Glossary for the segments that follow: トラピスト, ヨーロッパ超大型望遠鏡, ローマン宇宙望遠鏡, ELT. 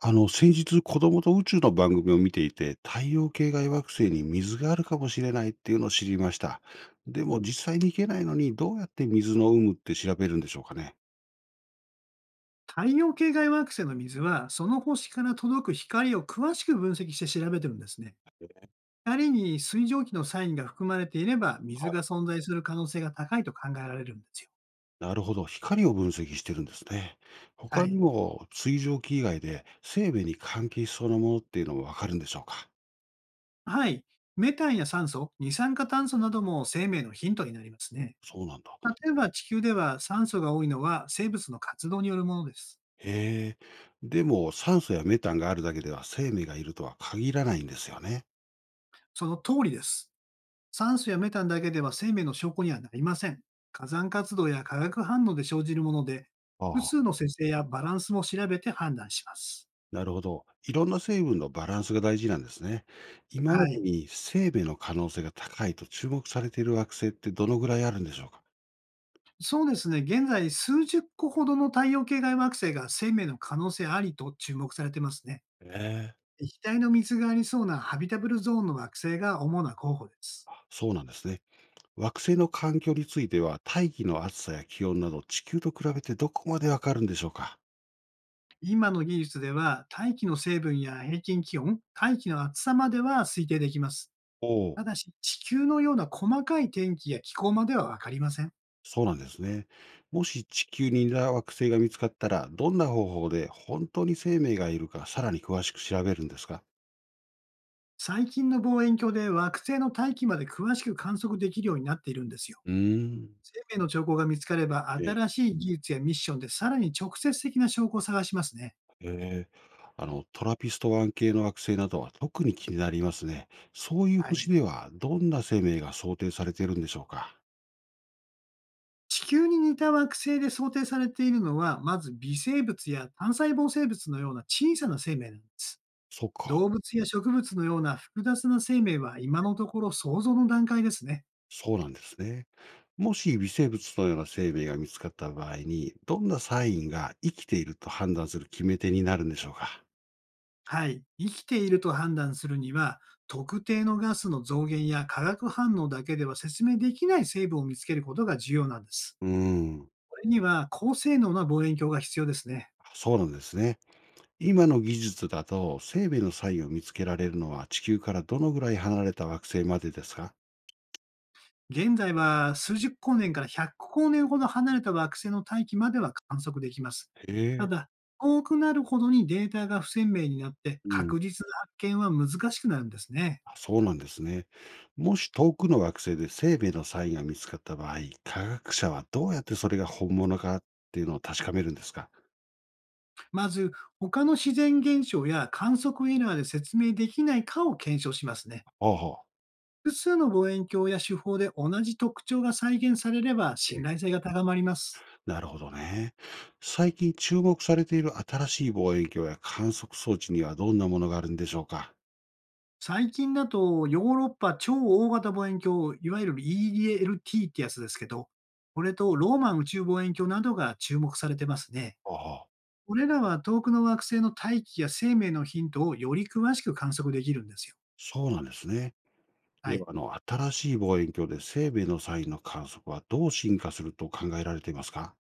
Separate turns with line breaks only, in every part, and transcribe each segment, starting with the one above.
先日子供と宇宙の番組を見ていて、太陽系外惑星に水があるかもしれないっていうのを知りました。でも実際に行けないのに、どうやって水の有無って調べるんでしょうかね。
太陽系外惑星の水は、その星から届く光を詳しく分析して調べてるんですね。光に水蒸気のサインが含まれていれば、水
はい、
が存在する可能性が高いと考えられるんですよ。
なるほど。光を分析してるんですね。他
は
に
い。
も水蒸気以外で生命に関係しそうなものっていうのもわかるんでしょうか。
はい。メタンや酸素、二酸化炭素なども生命のヒントになりますね。
そうなんだ。
例えば地球では酸素が多いのは生物の活動によるものです。
へえ。でも酸素やメタンがあるだけでは生命がいるとは限らないんですよね。
その通りです。酸素やメタンだけでは生命の証拠にはなりません。火山活動や化学反応で生じるもので、複
あ
数
あ、
の生成やバランスも調べて判断します。
なるほど。いろんな成分のバランスが大事なんですね。今
は
まで
い。
に生命の可能性が高いと注目されている惑星ってどのぐらいあるんでしょうか？
そうですね。現在、数十個ほどの太陽系外惑星が生命の可能性ありと注目されてますね。
ええ、
液体の水がありそうなハビタブルゾーンの惑星が主な候補です。
そうなんですね。惑星の環境については、大気の暑さや気温など、地球と比べてどこまでわかるんでしょうか？
今の技術では、大気の成分や平均気温、大気の厚さまでは推定できます。
おお、
ただし、地球のような細かい天気や気候まではわかりません。
そうなんですね。もし地球に似た惑星が見つかったら、どんな方法で本当に生命がいるか、さらに詳しく調べるんですか？
最近の望遠鏡で惑星の大気まで詳しく観測できるようになっているんですよ。
うーん。
生命の兆候が見つかれば、
ええ、
新しい技術やミッションでさらに直接的な証拠を探しますね。
ええ、トラピストン系の惑星などは特に気になりますね。そういう
はい。
星ではどんな生命が想定されているんでしょうか。
地球に似た惑星で想定されているのは、まず微生物や単細胞生物のような小さな生命なんです。
そっか、
動物や植物のような複雑な生命は今のところ想像の段階ですね。
そうなんですね。もし微生物のような生命が見つかった場合に、どんなサインが生きていると判断する決め手になるんでしょうか。
はい。生きていると判断するには、特定のガスの増減や化学反応だけでは説明できない成分を見つけることが重要なんです。
うーん、
これには高性能な望遠鏡が必要ですね。
そうなんですね。今の技術だと生命のサインを見つけられるのは地球からどのぐらい離れた惑星までですか？
現在は数十光年から100光年ほど離れた惑星の大気までは観測できます。
へ
た
え。
だ、遠くなるほどにデータが不鮮明になって
うん。
確実な発見は難しくなるんですね。
あ、そうなんですね。もし遠くの惑星で生命のサインが見つかった場合、科学者はどうやってそれが本物かっていうのを確かめるんですか？
まず、他の自然現象や観測エラーで説明できないかを検証しますね。
ほうほう。
複数の望遠鏡や手法で同じ特徴が再現されれば信
え
頼
え、
性が高まります。
なるほどね。最近注目されている新しい望遠鏡や観測装置にはどんなものがあるんでしょうか？
最近だとヨーロッパ超大型望遠鏡、いわゆる ELT ってやつですけど、これとローマン宇宙望遠鏡などが注目されてますね。
う。ほうほう。
これらは遠くの惑星の大気や生命のヒントをより詳しく観測できるんですよ。
そうなんですね。
は
で
い。
は、新しい望遠鏡で生命のサインの観測はどう進化すると考えられていますか？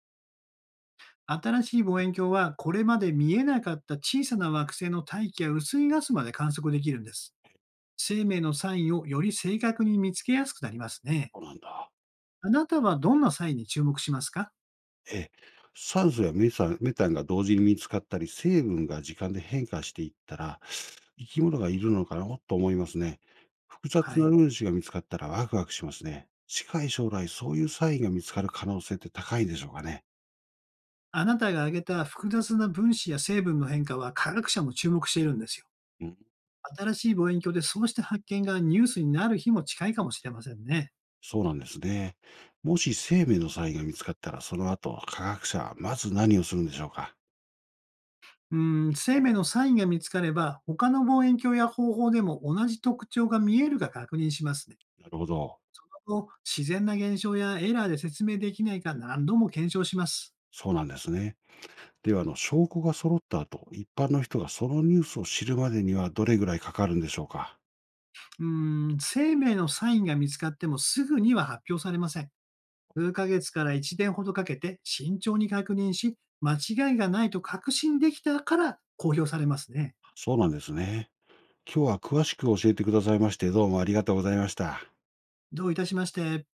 新しい望遠鏡はこれまで見えなかった小さな惑星の大気や薄いガスまで観測できるんです。生命のサインをより正確に見つけやすくなりますね。
そうなんだ。
あなたはどんなサインに注目しますか？
ええ、酸素やメサメタンが同時に見つかったり、成分が時間で変化していったら、生き物がいるのかなと思いますね。複
は
雑な
い。
分子が見つかったらワクワクしますね。近い将来、そういうサインが見つかる可能性って高いんでしょうかね。
あなたが挙げた複雑な分子や成分の変化は科学者も注目しているんですよ。
うん、
新しい望遠鏡でそうした発見がニュースになる日も近いかもしれませんね。
そうなんですね。もし生命のサインが見つかったら、その後、科学者はまず何をするんでしょうか。
うん、生命のサインが見つかれば、他の望遠鏡や方法でも同じ特徴が見えるか確認しますね。
なるほど。
今後自然な現象やエラーで説明できないか何度も検証します。
そうなんですね。では、証拠が揃った後、一般の人がそのニュースを知るまでにはどれぐらいかかるんでしょうか。
うー生命のサインが見つかってもすぐには発表されません。数ヶ月から1年ほどかけて慎重に確認し、間違いがないと確信できたから公表されますね。
そうなんですね。今日は詳しく教えてくださいまして、どうもありがとうございました。
どういたしまして。